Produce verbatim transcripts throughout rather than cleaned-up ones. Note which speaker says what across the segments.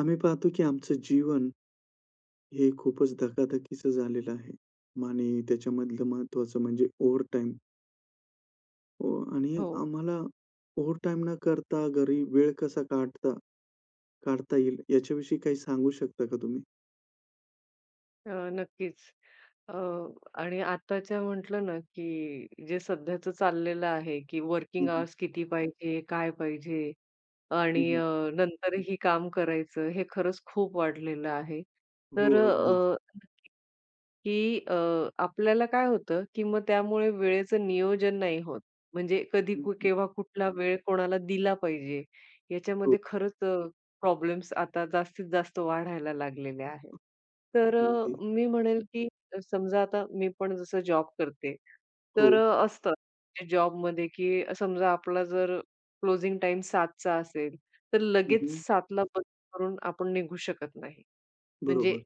Speaker 1: आम्ही पाहतो की आमचं जीवन हे खूपच धकाधकीचं झालेलं आहे आणि त्याच्यामधलं महत्त्वाचं म्हणजे ओव्हरटाईम. ओ आणि
Speaker 2: हो.
Speaker 1: आम्हाला ओव्हरटाईम न करता घरी वेळ कसा काढता काढता येईल याच्याविषयी काही सांगू शकता का तुम्ही?
Speaker 2: अ, नक्कीच. अ, आणि आताच्या म्हटलं ना, की जे सध्याचं चाललेलं आहे, की
Speaker 1: हं,
Speaker 2: वर्किंग
Speaker 1: हं.
Speaker 2: अवर्स किती पाहिजे, काय पाहिजे
Speaker 1: हं,
Speaker 2: आणि
Speaker 1: हं.
Speaker 2: अ, नंतरही काम करायचं, हे खरंच खूप वाढलेलं आहे.
Speaker 1: हो,
Speaker 2: तर
Speaker 1: अगदीच.
Speaker 2: अ, की अ, आपल्याला काय होतं, की मग त्यामुळे वेळेचं नियोजन नाही होत. म्हणजे कधी
Speaker 1: हं,
Speaker 2: कु
Speaker 1: हं.
Speaker 2: केव्हा कुठला वेळ कोणाला दिला पाहिजे,
Speaker 1: हो,
Speaker 2: याच्यामध्ये खरंच अ, प्रॉब्लेम्स आता जास्तीत जास्त वाढायला लागलेले आहेत. तर
Speaker 1: अगदी.
Speaker 2: अ, मी म्हणेल की अ, समजा आता मी पण जसं जॉब करते,
Speaker 1: हो.
Speaker 2: तर अ, असतं म्हणजे जॉबमध्ये की समजा आपला जर क्लोजिंग टाईम 7:00चा असेल, तर लगेच
Speaker 1: हं.
Speaker 2: 7:00ला बंद करून आपण निघू शकत नाही. म्हणजे
Speaker 1: बरोबर.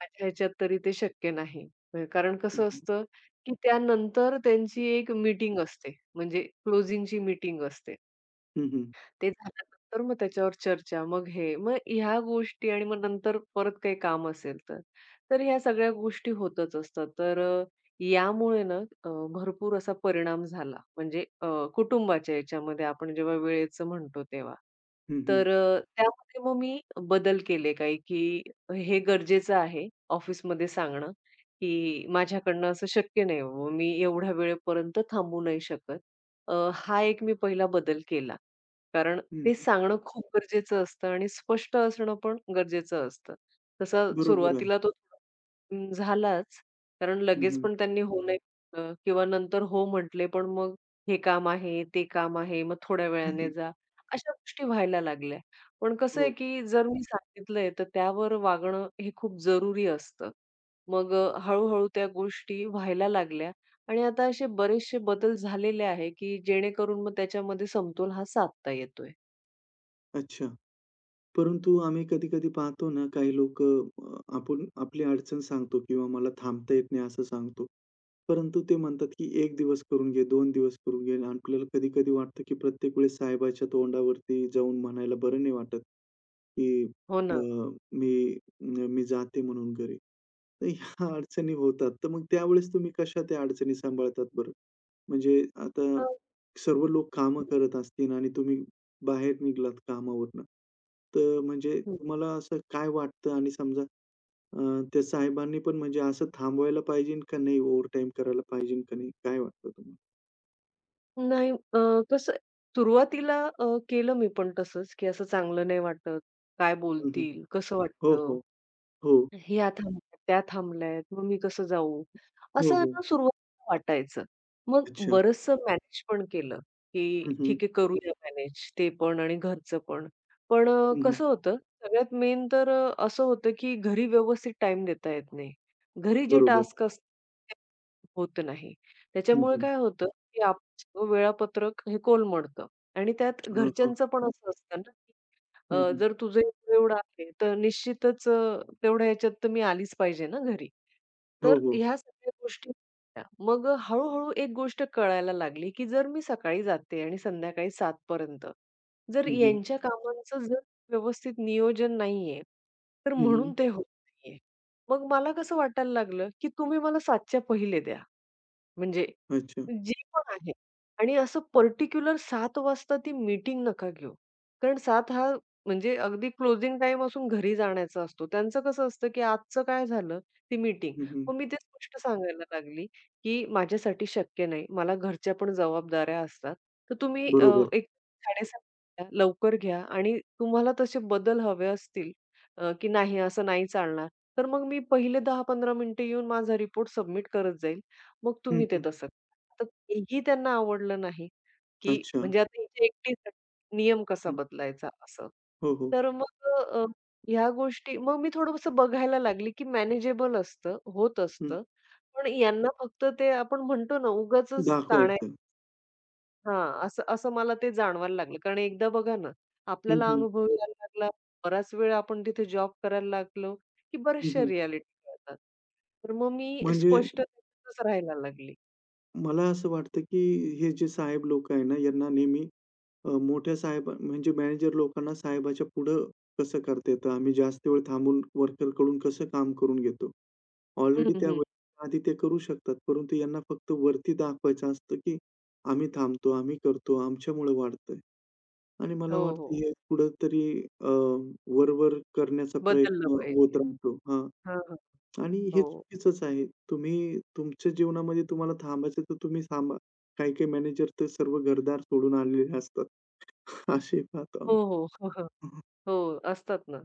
Speaker 2: माझ्या ह्याच्यात तरी ते शक्य नाही. अ, कारण
Speaker 1: हं,
Speaker 2: कसं
Speaker 1: हं.
Speaker 2: असतं, की त्यानंतर त्यांची एक मीटिंग असते. म्हणजे क्लोजिंगची मीटिंग असते.
Speaker 1: हं, हं.
Speaker 2: ते झाल्यानंतर मग त्याच्यावर चर्चा, मग हे, मग ह्या गोष्टी आणि मग नंतर परत काही काम असेल तर. तर ह्या सगळ्या गोष्टी होतच असतात. तर अ, यामुळे ना अ, भरपूर असा परिणाम झाला. म्हणजे अ, कुटुंबाच्या याच्यामध्ये आपण जेव्हा वेळेचं म्हणतो तेव्हा. तर अ, त्यामध्ये मग मी बदल केले काही, की हे गरजेचं आहे ऑफिसमध्ये सांगणं, की माझ्याकडनं असं शक्य नाही बाबा मी एवढ्या वेळेपर्यंत थांबू नाही शकत. अ, हा एक मी पहिला बदल केला. कारण ते सांगणं खूप गरजेचं असतं आणि स्पष्ट असणं पण गरजेचं असतं. तसा
Speaker 1: बरोबर आहे.
Speaker 2: सुरुवातीला तो अं, झालाच. कारण लगेच
Speaker 1: हं.
Speaker 2: पण त्यांनी हो नाही म्हटलं किंवा नंतर हो म्हटले, पण मग हे काम आहे, ते काम आहे, मग थोड्या वेळाने जा, अशा गोष्टी व्हायला लागल्या. पण कसं आहे,
Speaker 1: हो.
Speaker 2: की जर मी सांगितलंय, तर त्यावर वागणं हे खूप जरुरी असतं. मग अ, हळू-हळू त्या गोष्टी व्हायला लागल्या. आणि आता असे बरेचसे बदल झालेले आहे, की जेणेकरून मग त्याच्यामध्ये समतोल हा साधता येतोय.
Speaker 1: अच्छा. परंतु आम्ही कधी-कधी पाहतो ना, काही लोकं, अ, आपण आपली अडचण सांगतो किंवा मला थांबता येत नाही असं सांगतो. परंतु ते म्हणतात, की एक दिवस करून घे, दोन दिवस करून घे. आणि आपल्याला कधी-कधी वाटतं, की प्रत्येक वेळेस साहेबाच्या तोंडावरती जाऊन म्हणायला बरं नाही वाटत, की
Speaker 2: हो ना.
Speaker 1: अ, मी मी जाते म्हणून घरी. तर ह्या अडचणी होतात. तर मग त्यावेळेस तुम्ही कशा त्या अडचणी सांभाळतात बरं? म्हणजे आता
Speaker 2: अ,
Speaker 1: सर्व लोक कामं
Speaker 2: हं,
Speaker 1: करत असतील आणि तुम्ही बाहेर निघालात कामावरनं, तर म्हणजे
Speaker 2: हं.
Speaker 1: तुम्हाला असं काय वाटतं? आणि समजा अ, त्या साहेबांनी पण म्हणजे असं थांबवायला पाहिजे का नाही? ओव्हरटाईम करायला पाहिजे का नाही? काय वाटतं तुम्हाला?
Speaker 2: नाही अ, कसं सुरुवातीला अ, केलं मी पण तसंच, की असं चांगलं नाही वाटत. काय
Speaker 1: हं.
Speaker 2: बोलतील? कसं
Speaker 1: हो,
Speaker 2: वाटतं?
Speaker 1: हो. हो.
Speaker 2: ह्या थांबल्यात, त्या थांबल्यात, मग मी कसं जाऊ?
Speaker 1: हो,
Speaker 2: असं
Speaker 1: हो.
Speaker 2: ना सुरुवातीला वाटायचं. मग
Speaker 1: अच्छा.
Speaker 2: बरचसं मॅनेज पण केलं, की
Speaker 1: हं, हं.
Speaker 2: ठीक आहे करूया मॅनेज ते पण आणि घरचं पण. पण अ, कसं होतं सगळ्यात मेन तर अ, असं होतं, की घरी व्यवस्थित टाइम देता येत नाही. घरी जे
Speaker 1: बरोबर.
Speaker 2: टास्क असतात ते होत नाही.
Speaker 1: हं,
Speaker 2: त्याच्यामुळे
Speaker 1: हं.
Speaker 2: काय होतं, की आपलं सगळं वेळापत्रक हे कोलमडतं आणि त्यात
Speaker 1: हां, हां.
Speaker 2: घरच्यांचं पण असं असतं ना अ, जर तुझं एवढं एवढं आहे, तर निश्चितच अ, तेवढ्या ह्याच्यात तर मी आलीच पाहिजे ना घरी.
Speaker 1: हो,
Speaker 2: तर
Speaker 1: हो.
Speaker 2: ह्या सगळ्या गोष्टी होत्या. मग अ, एक गोष्ट कळायला लागली, की जर मी सकाळी जाते आणि संध्याकाळी सात पर्यंत, जर
Speaker 1: हं, हं.
Speaker 2: यांच्या कामांचं जर व्यवस्थित नियोजन नाहीये, तर म्हणून ते होत नाहीये. मग मला कसं वाटायला लागलं, की तुम्ही मला 7च्या पहिले द्या. म्हणजे
Speaker 1: अच्छा.
Speaker 2: जे पण आहे आणि असं पर्टिक्युलर सात वाजता ती मीटिंग नका घेऊ. कारण सात हा म्हणजे अगदी क्लोजिंग टाइम असून घरी जाण्याचा असतो. त्यांचं कसं असतं, की आजचं काय झालं? ती मीटिंग.
Speaker 1: हं.
Speaker 2: मग मी ते स्पष्ट सांगायला लागली, की माझ्यासाठी शक्य नाही. मला घरच्या पण जबाबदाऱ्या असतात. तर तुम्ही अ,
Speaker 1: बरोबर.
Speaker 2: एक साडेसात लवकर घ्या आणि तुम्हाला तसे बदल हवे असतील अ, की नाही असं नाही चालणार. तर मग मी पहिले दहा पंधरा मिनिटं येऊन माझा रिपोर्ट सबमिट करत जाईल. मग तुम्ही ते
Speaker 1: हं.
Speaker 2: तसं करा. तर तेही त्यांना आवडलं नाही, की
Speaker 1: अच्छा.
Speaker 2: म्हणजे आता हिच्या एकटीसाठी नियम कसा
Speaker 1: हं.
Speaker 2: बदलायचा असं.
Speaker 1: हो, हो.
Speaker 2: तर मग अ, ह्या गोष्टी मग मी थोडंसं बघायला लागली, की मॅनेजेबल असतं, होत
Speaker 1: हं.
Speaker 2: असतं. पण यांना फक्त ते आपण म्हणतो ना उगाचच ताण आहे
Speaker 1: दाखवायचं.
Speaker 2: हां, असं असं मला ते जाणवायला लागलं. कारण एकदा बघा ना,
Speaker 1: हं,
Speaker 2: आपल्याला
Speaker 1: हं.
Speaker 2: अनुभव यायला लागला, बराच वेळ आपण तिथे जॉब करायला लागलो, की बऱ्याचशा रिॲलिटी कळतात. तर मग मी
Speaker 1: म्हणजे
Speaker 2: स्पष्ट तसंच राहायला लागले.
Speaker 1: मला असं वाटतं, की हे जे साहेब लोकं आहे ना, यांना नेहमी, अ, मोठ्या साहेब म्हणजे मॅनेजर लोकांना साहेबाच्या पुढं कसं करता येतं? आम्ही जास्त वेळ थांबून वर्करकडून कसं काम करून घेतो?
Speaker 2: हं,
Speaker 1: ऑलरेडी त्या
Speaker 2: हं.
Speaker 1: वेळेच्या आधी ते करू शकतात, परंतु यांना फक्त वरती दाखवायचं असतं, की आम्ही थांबतो, आम्ही करतो, आमच्यामुळे वाढतंय. आणि मला
Speaker 2: हो,
Speaker 1: वाटतं
Speaker 2: हो.
Speaker 1: हे कुठेतरी अ, वर करण्याचा
Speaker 2: बदललं
Speaker 1: प्रयत्न
Speaker 2: पाहिजे.
Speaker 1: होत राहतो. हां.
Speaker 2: हां, हां.
Speaker 1: आणि हे
Speaker 2: हो.
Speaker 1: चुकीचंच आहे. तुम्ही तुमच्या जीवनामध्ये तुम्हाला थांबायचं तर तुम्ही थांबा. काही-काही मॅनेजर तर सर्व घरदार सोडून आलेले असतात. असे पाहतो
Speaker 2: हो,
Speaker 1: आम्ही.
Speaker 2: हो. हो, हो. हो, असतात ना.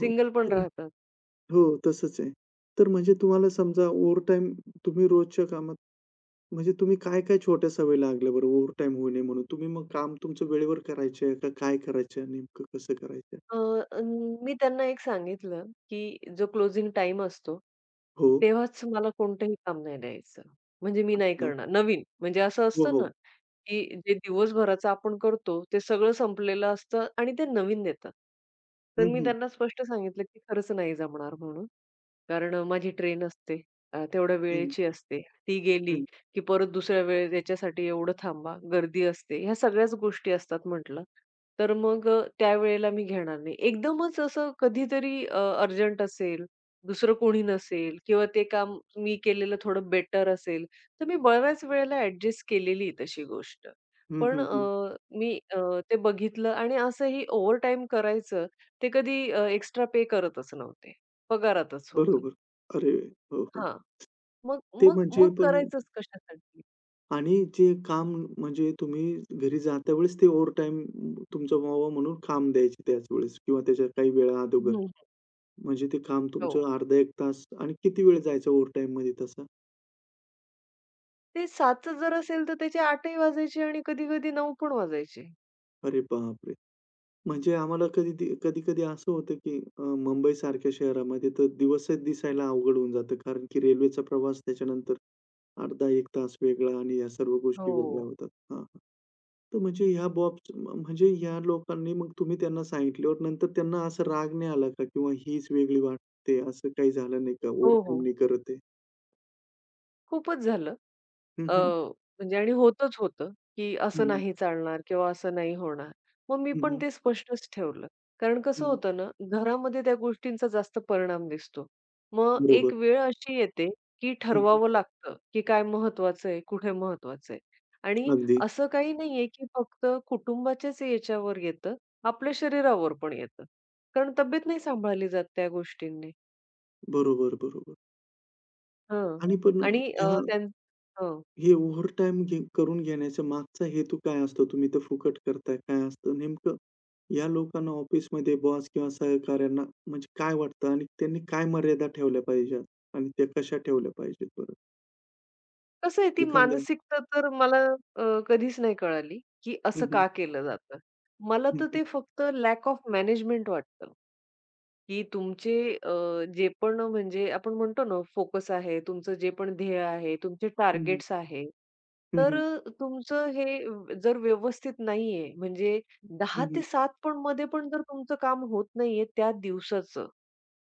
Speaker 1: हो.
Speaker 2: पण
Speaker 1: तर-
Speaker 2: राहतात.
Speaker 1: हो, तसंच आहे. तर म्हणजे तुम्हाला समजा ओव्हरटाईम तुम्ही रोजच्या कामात म्हणजे तुम्ही काय-काय छोट्या सवयी लागल्या बरं ओव्हरटाईम होऊ नये म्हणून? तुम्ही मग काम तुमचं वेळेवर करायचे का काय करायचं आहे? नेमकं कसं करायचं?
Speaker 2: अ, अ, मी त्यांना एक सांगितलं, की जो क्लोजिंग टाईम असतो,
Speaker 1: हो.
Speaker 2: तेव्हाच मला कोणतंही काम नाही द्यायचं. म्हणजे मी नाही
Speaker 1: अच्छा.
Speaker 2: करणार. नवीन म्हणजे असं
Speaker 1: हो,
Speaker 2: असतं
Speaker 1: हो.
Speaker 2: ना, की जे दिवसभराचं आपण करतो, ते सगळं संपलेलं असतं आणि ते नवीन देतात. तर
Speaker 1: हं,
Speaker 2: मी
Speaker 1: हं.
Speaker 2: त्यांना स्पष्ट सांगितलं, की खरंच नाही जमणार म्हणून. कारण अ, माझी ट्रेन असते. अ, तेवढ्या
Speaker 1: हं,
Speaker 2: वेळेची असते. ती गेली,
Speaker 1: हं.
Speaker 2: की परत दुसऱ्या वेळेस याच्यासाठी एवढं थांबा, गर्दी असते. ह्या सगळ्याच गोष्टी असतात म्हटलं. तर मग अ, त्यावेळेला मी घेणार नाही. एकदमच असं कधीतरी अ, अर्जंट असेल, दुसरं कोणी नसेल किंवा ते काम मी केलेलं थोडं बेटर असेल, तर मी बऱ्याच वेळेला ॲडजस्ट केलेली आहे तशी गोष्ट.
Speaker 1: हं,
Speaker 2: पण
Speaker 1: हं, हं.
Speaker 2: अ, मी अ, ते बघितलं आणि असंही ओव्हरटाईम करायचं, ते कधी एक्स्ट्रा पे करतच नव्हते. पगारातच होतं.
Speaker 1: बरोबर. अरे! हो, हो.
Speaker 2: हां. मग
Speaker 1: ते
Speaker 2: मग
Speaker 1: म्हणजे
Speaker 2: मग
Speaker 1: पण
Speaker 2: करायचंच कशासाठी?
Speaker 1: आणि जे काम म्हणजे तुम्ही घरी जाता वेळेस ते ओव्हरटाईम तुमचं व्हावं म्हणून काम द्यायचे त्याच वेळेस किंवा त्याच्या काही वेळा अगोदर.
Speaker 2: हं,
Speaker 1: म्हणजे ते काम
Speaker 2: हो.
Speaker 1: तुमचं अर्धा एक तास आणि किती वेळ जायचा ओव्हरटाईममध्ये तसा?
Speaker 2: ते सात चं जर असेल, तर त्याचे आठ ही वाजायचे आणि कधी-कधी नऊ पण वाजायचे.
Speaker 1: अरे बापरे! म्हणजे आम्हाला
Speaker 2: हं.
Speaker 1: कधी कधी-कधी असं होतं, की अ, मुंबईसारख्या शहरामध्ये तर दिवसच दिसायला अवघड होऊन जातं. कारण की रेल्वेचा प्रवास त्याच्यानंतर अर्धा एक तास वेगळा आणि या सर्व गोष्टी वेगळ्या
Speaker 2: हो.
Speaker 1: होतात. हां, हां. तर म्हणजे ह्या बॉब्स म्हणजे ह्या लोकांनी मग तुम्ही त्यांना सांगितल्यावर नंतर त्यांना असा राग नाही आला का? किंवा हीच वेगळी वाटते असं काही झालं नाही का?
Speaker 2: हो,
Speaker 1: ओव्हरटाईम
Speaker 2: हो.
Speaker 1: नाही करत आहे?
Speaker 2: खूपच झालं.
Speaker 1: हं,
Speaker 2: अ,
Speaker 1: हं.
Speaker 2: म्हणजे आणि होतच होतं, की असं
Speaker 1: हं, हं.
Speaker 2: नाही चालणार किंवा असं नाही होणार. मग मी
Speaker 1: हं,
Speaker 2: पण
Speaker 1: हं.
Speaker 2: ते स्पष्टच ठेवलं. कारण कसं होतं ना, घरामध्ये त्या गोष्टींचा जास्त परिणाम दिसतो. मग
Speaker 1: बरोबर.
Speaker 2: एक वेळ अशी येते, की
Speaker 1: हं, हं.
Speaker 2: ठरवावं लागतं, की काय महत्वाचं आहे, कुठे महत्वाचं आहे. आणि
Speaker 1: अगदी.
Speaker 2: असं काही नाहीये, की फक्त कुटुंबाच्याच याच्यावर येतं, आपल्या शरीरावर पण येतं. कारण तब्येत नाही सांभाळली जात त्या गोष्टींनी.
Speaker 1: बरोबर, बरोबर.
Speaker 2: हं.
Speaker 1: आणि पण
Speaker 2: आणि अ,
Speaker 1: ह्या
Speaker 2: त्यां हो.
Speaker 1: हे ओव्हरटाईम घे करून घेण्याचा मागचा हेतू काय असतो? तुम्ही तर फुकट करताय. काय असतं नेमकं? या लोकांना ऑफिसमध्ये बॉस किंवा सहकाऱ्यांना म्हणजे काय वाटतं आणि त्यांनी काय मर्यादा ठेवल्या पाहिजेत? आणि त्या कशा ठेवल्या पाहिजेत बरं?
Speaker 2: कसं आहे ती
Speaker 1: एखादा.
Speaker 2: मानसिकता तर मला अ, कधीच नाही कळाली, की
Speaker 1: हं,
Speaker 2: असं
Speaker 1: हं.
Speaker 2: का केलं जातं. मला
Speaker 1: हं,
Speaker 2: तर
Speaker 1: हं.
Speaker 2: ते फक्त लॅक ऑफ मॅनेजमेंट वाटतं, की तुमचे अ, जे पण म्हणजे आपण म्हणतो ना फोकस आहे, तुमचं जे पण ध्येय आहे, तुमचे
Speaker 1: हं, हं.
Speaker 2: टार्गेट्स आहे.
Speaker 1: हं,
Speaker 2: तर
Speaker 1: हं.
Speaker 2: अ, तुमचं हे जर व्यवस्थित नाहीये म्हणजे दहा
Speaker 1: हं, हं.
Speaker 2: ते सात पण मध्ये पण जर तुमचं काम होत नाहीये त्या दिवसाचं,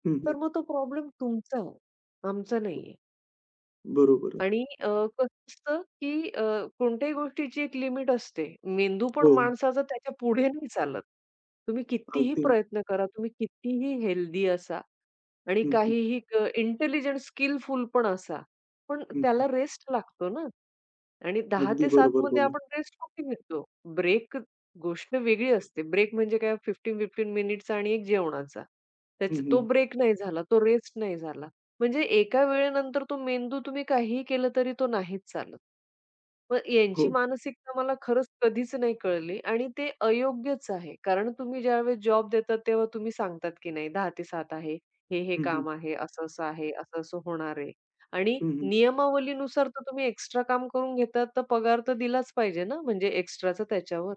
Speaker 1: हं, हं.
Speaker 2: तर मग तो प्रॉब्लेम तुमचा आहे, आमचा नाहीये. आणि अ, कसं असतं, की अ, कोणत्याही गोष्टीची एक लिमिट असते. मेंदू पण
Speaker 1: हो.
Speaker 2: माणसाचा त्याच्या पुढे नाही चालत. तुम्ही कितीही
Speaker 1: अगदी.
Speaker 2: प्रयत्न करा, तुम्ही कितीही हेल्दी असा, आणि
Speaker 1: हं, हं.
Speaker 2: काहीही क इंटेलिजंट स्किलफुल पण असा. पण
Speaker 1: हं, हं.
Speaker 2: त्याला रेस्ट लागतो ना आणि दहा
Speaker 1: अगदी
Speaker 2: ते सात
Speaker 1: बरोबर
Speaker 2: मध्ये
Speaker 1: बोलला.
Speaker 2: आपण रेस्ट कुठे घेतो? ब्रेक गोष्ट वेगळी असते. ब्रेक म्हणजे काय पंधरा पंधरा मिनिटचा आणि एक जेवणाचा.
Speaker 1: हं,
Speaker 2: त्याचा तो
Speaker 1: हं.
Speaker 2: ब्रेक नाही झाला, तो रेस्ट नाही झाला. म्हणजे एका वेळेनंतर तो मेंदू तुम्ही काहीही केलं तरी तो नाहीच चालत. मग यांची
Speaker 1: हो.
Speaker 2: मानसिकता मला खरंच कधीच नाही कळली आणि ते अयोग्यच आहे. कारण तुम्ही ज्यावेळेस जॉब देतात तेव्हा तुम्ही सांगतात की नाही दहा ते सात आहे. हे, हे
Speaker 1: हं, हं.
Speaker 2: काम आहे, असं-असं आहे, असं-असं होणार आहे. आणि
Speaker 1: हं, हं.
Speaker 2: नियमावलीनुसार तर तुम्ही एक्स्ट्रा काम करून घेतात तर पगार तर दिलाच पाहिजे ना म्हणजे एक्स्ट्राचा त्याच्यावर.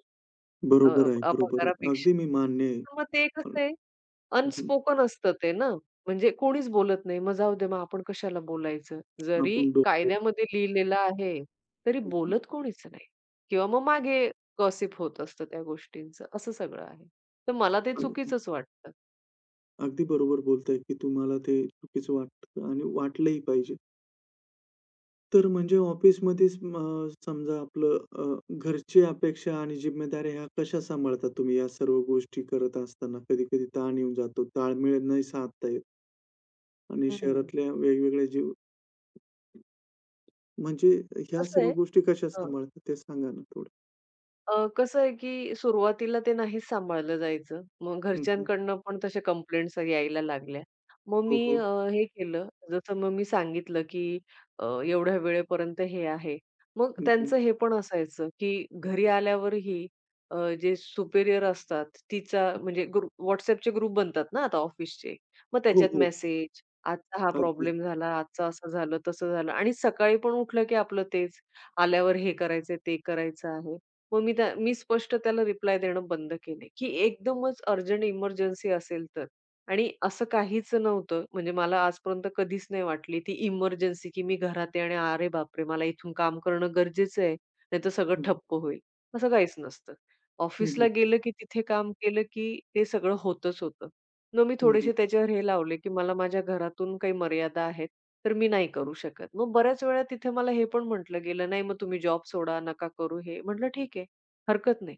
Speaker 2: अ,
Speaker 1: बरोबर आहे,
Speaker 2: अ,
Speaker 1: बरोबर आहे.
Speaker 2: पगारापेक्षा.
Speaker 1: अगदी मी मान्य आहे.
Speaker 2: तर मग ते कसं आहे,
Speaker 1: हं, हं.
Speaker 2: अनस्पोकन असतं ते ना, म्हणजे कोणीच बोलत नाही. मग जाऊ दे, मग आपण कशाला बोलायचं? जरी
Speaker 1: आपण डो हं.
Speaker 2: कायद्यामध्ये लिहिलेलं आहे, तरी बोलत कोणीच नाही किंवा मग मागे गॉसिप होत असतं त्या गोष्टींचं. असं सगळं आहे. तर मला ते
Speaker 1: हं.
Speaker 2: चुकीचंच वाटतं.
Speaker 1: अगदी बरोबर बोलताय, की तुम्हाला ते चुकीचं वाटतं आणि वाटलंही पाहिजे. तर म्हणजे ऑफिसमध्येच अ, समजा आपलं, अ, घरची अपेक्षा आणि जिम्मेदाऱ्या ह्या कशा सांभाळता तुम्ही या सर्व गोष्टी करत असताना? कधी-कधी ताण येऊन जातो, ताळमेळ नाही साधता येत आणि
Speaker 2: हं,
Speaker 1: शहरातल्या वेगवेगळ्या जीव म्हणजे ह्या
Speaker 2: कसं
Speaker 1: सर्व
Speaker 2: आहे
Speaker 1: गोष्टी कशा सांभाळता ते सांगा ना थोडं?
Speaker 2: अ, कसं आहे, की सुरुवातीला ते नाहीच सांभाळलं जायचं. मग
Speaker 1: हं, हं.
Speaker 2: घरच्यांकडनं पण तशा कंप्लेंट्स यायला लागल्या. मग
Speaker 1: हो,
Speaker 2: मी
Speaker 1: हो.
Speaker 2: अ, हे केलं, जसं मग मी सांगितलं, की अ, एवढ्या वेळेपर्यंत हे आहे. मग
Speaker 1: हं, हं.
Speaker 2: त्यांचं हे पण असायचं, की घरी आल्यावरही अ, जे सुपेरियर असतात, तिचा म्हणजे ग्रुप WhatsAppचे ग्रुप बनतात ना आता ऑफिसचे. मग
Speaker 1: हो,
Speaker 2: त्याच्यात
Speaker 1: हो.
Speaker 2: मेसेज, आजचा हा
Speaker 1: अगदीच.
Speaker 2: प्रॉब्लेम झाला, आजचा असं झालं, तसं झालं आणि सकाळी पण उठलं, की आपलं तेच. आल्यावर हे करायचंय, ते करायचं आहे. मग मी त्या मी स्पष्ट त्याला रिप्लाय देणं बंद केले, की एकदमच अर्जंट इमर्जन्सी असेल तर. आणि असं काहीच नव्हतं. म्हणजे मला आजपर्यंत कधीच नाही वाटली ती इमर्जन्सी, की मी घरात आहे आणि अरे बापरे! मला इथून काम करणं गरजेचं आहे, नाहीतर सगळं
Speaker 1: हं, हं.
Speaker 2: ठप्प होईल. असं काहीच नसतं.
Speaker 1: हं,
Speaker 2: ऑफिसला
Speaker 1: हं.
Speaker 2: गेलं की तिथे काम केलं की ते सगळं होतच होतं. मग मी
Speaker 1: हं, हं.
Speaker 2: थोडेसे त्याच्यावर हे लावले, की मला माझ्या घरातून काही मर्यादा आहेत. तर मी नाही करू शकत. मग बऱ्याच वेळा तिथे मला हे पण म्हटलं गेलं, "नाही मग तुम्ही जॉब सोडा, नका करू हे." म्हटलं, "ठीक आहे, हरकत नाही."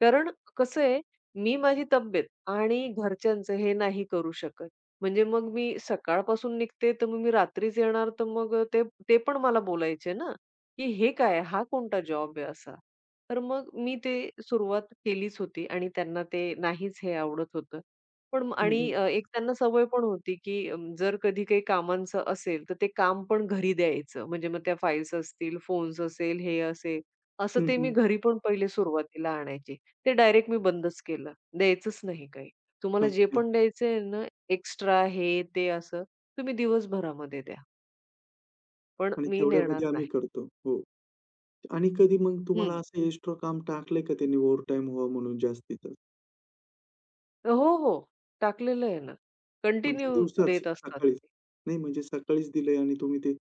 Speaker 2: कारण कसं आहे, मी माझी तब्येत आणि घरच्यांचं हे नाही करू शकत. म्हणजे मग मी सकाळपासून निघते, तर मग मी रात्रीच येणार, तर मग ते ते पण मला बोलायचे ना, की "हे काय आहे? हा कोणता जॉब आहे असा?" तर मग मी ते सुरुवात केलीच होती आणि त्यांना ते नाहीच हे आवडत होतं. पण मग आणि
Speaker 1: हं,
Speaker 2: अ, एक त्यांना सवय पण होती, की अं, जर कधी काही कामांचं असेल, तर ते काम पण घरी द्यायचं. म्हणजे मग त्या फाइल्स असतील, फोन्स असेल, हे असेल, असं ते मी घरी पण पहिले सुरुवातीला आणायचे. ते डायरेक्ट मी बंदच केलं. द्यायचंच नाही काही. तुम्हाला जे
Speaker 1: अच्छा.
Speaker 2: पण द्यायचं ना, एक्स्ट्रा हे, ते असं, तुम्ही दिवसभरामध्ये द्या. पण
Speaker 1: आणि
Speaker 2: मी नेणार
Speaker 1: तेवढ्यामध्ये आम्ही
Speaker 2: नाही.
Speaker 1: करतो. हो. आणि कधी मग तुम्हाला
Speaker 2: हं.
Speaker 1: असं एक्स्ट्रा काम टाकलंय का त्यांनी ओव्हरटाईम व्हावं म्हणून जास्तीचं?
Speaker 2: हो, हो. टाकलेलं आहे ना.
Speaker 1: म्हणजे
Speaker 2: कंटिन्यू
Speaker 1: दिवसाच,
Speaker 2: देत असतात.
Speaker 1: सकाळीच? नाही म्हणजे सकाळीच दिलंय आणि तुम्ही ते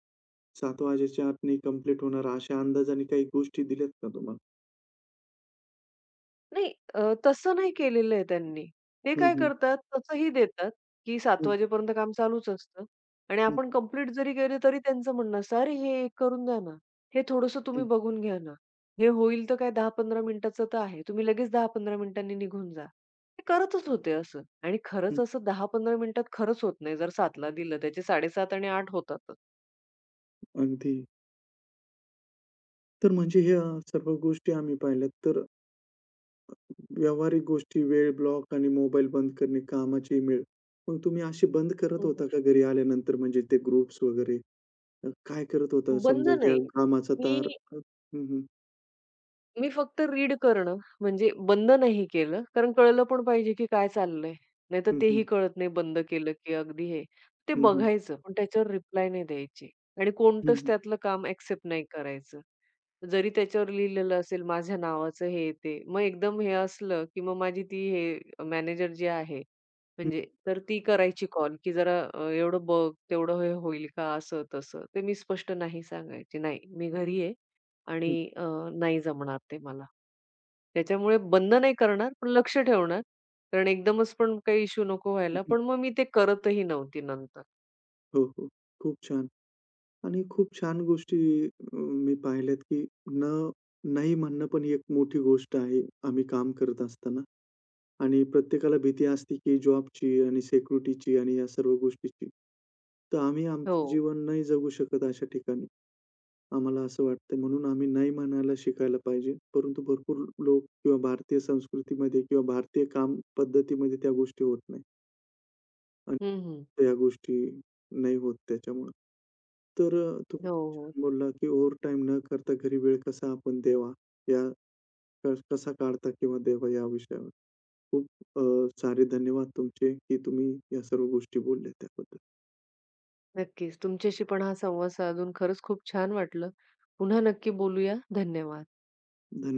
Speaker 1: सात वाजेच्या आत नाही कंप्लीट होणार अशा अंदाजाने काही गोष्टी दिल्यात का तुम्हाला?
Speaker 2: नाही अ, तसं नाही केलेलं आहे त्यांनी. ते काय
Speaker 1: हं.
Speaker 2: करतात तसंही देतात, की
Speaker 1: हं,
Speaker 2: सात
Speaker 1: हं.
Speaker 2: वाजेपर्यंत काम चालूच असतं आणि
Speaker 1: हं, हं.
Speaker 2: आपण कंप्लीट जरी केले तरी त्यांचं म्हणणं असतं, "अरे, हे एक करून द्या ना. हे थोडंसं
Speaker 1: हं,
Speaker 2: तुम्ही बघून घ्या ना. हे होईल तर काय दहा पंधरा मिनिटाचं तर आहे. तुम्ही लगेच दहा पंधरा मिनिटांनी निघून जा." ते करतच होते असं आणि
Speaker 1: हं.
Speaker 2: खरंच असं दहा पंधरा मिनिटात खरंच होत नाही. जर सात दिलं त्याचे साडेसात आणि आठ होतातच.
Speaker 1: अगदी. तर म्हणजे ह्या सर्व गोष्टी आम्ही पाहिल्यात. तर व्यावहारिक गोष्टी, वेळ ब्लॉक आणि मोबाईल बंद करणे, कामाची मेळ. मग तुम्ही असे बंद करत
Speaker 2: हं, हं.
Speaker 1: होता का घरी आल्यानंतर म्हणजे ते ग्रुप्स वगैरे? अ, काय करत होता?
Speaker 2: बंद
Speaker 1: समजा या
Speaker 2: नाही.
Speaker 1: कामाचा तार
Speaker 2: मी
Speaker 1: हं, हं.
Speaker 2: मी फक्त रीड करणं, म्हणजे बंद नाही केलं, कारण कळलं पण पाहिजे की काय चाललंय. नाहीतर
Speaker 1: हं, हं.
Speaker 2: तेही कळत नाही बंद केलं की अगदी हे. ते
Speaker 1: हं, हं.
Speaker 2: बघायचं, पण त्याच्यावर रिप्लाय नाही द्यायची आणि
Speaker 1: हं,
Speaker 2: कोणतंच
Speaker 1: हं.
Speaker 2: त्यातलं काम एक्सेप्ट नाही करायचं. जरी त्याच्यावर लिहिलेलं असेल माझ्या नावाचं हे, ते, मग एकदम हे असलं की मग माझी ती हे मॅनेजर जी आहे,
Speaker 1: हं, हं.
Speaker 2: म्हणजे तर ती करायची कॉल की "जरा अ, एवढं बघ, तेवढं हे होईल का?" असं-तसं. ते मी स्पष्ट नाही सांगायची. "नाही, मी घरी आहे. आणि अ, नाही जमणार ते मला. त्याच्यामुळे बंद नाही करणार, पण लक्ष ठेवणार. कारण एकदमच पण काही इश्यू नको
Speaker 1: हं,
Speaker 2: व्हायला.
Speaker 1: हं.
Speaker 2: पण मग मी ते करतही नव्हती नंतर.
Speaker 1: हो, हो. खूप छान आणि खूप छान गोष्टी, अ, मी पाहिल्यात, की न नाही म्हणणं पण ही एक मोठी गोष्ट आहे, आम्ही काम करत असताना आणि प्रत्येकाला भीती असते, की जॉबची आणि सिक्युरिटीची आणि या सर्व गोष्टीची. तर आम्ही
Speaker 2: हो.
Speaker 1: आमचं जीवन नाही जगू शकत अशा ठिकाणी. आम्हाला असं वाटतं म्हणून आम्ही नाही म्हणायला शिकायला पाहिजे. परंतु भरपूर लोक किंवा भारतीय संस्कृतीमध्ये किंवा भारतीय काम पद्धतीमध्ये त्या गोष्टी होत नाही. आणि
Speaker 2: हं, हं.
Speaker 1: त्या गोष्टी नाही होत त्याच्यामुळं. तर अ, तुम्ही
Speaker 2: हो, हो.
Speaker 1: छान बोलला, की ओव्हरटाईम न करता घरी वेळ कसा आपण द्यावा, या कस कसा काढता किंवा द्यावा या विषयावर. खूप, अ, सारे धन्यवाद तुमचे, की तुम्ही या सर्व गोष्टी बोलल्या त्याबद्दल.
Speaker 2: नक्कीच. तुमच्याशी पण हा संवाद साधून खरंच खूप छान वाटलं. पुन्हा नक्की बोलूया. धन्यवाद.
Speaker 1: धन्यवाद.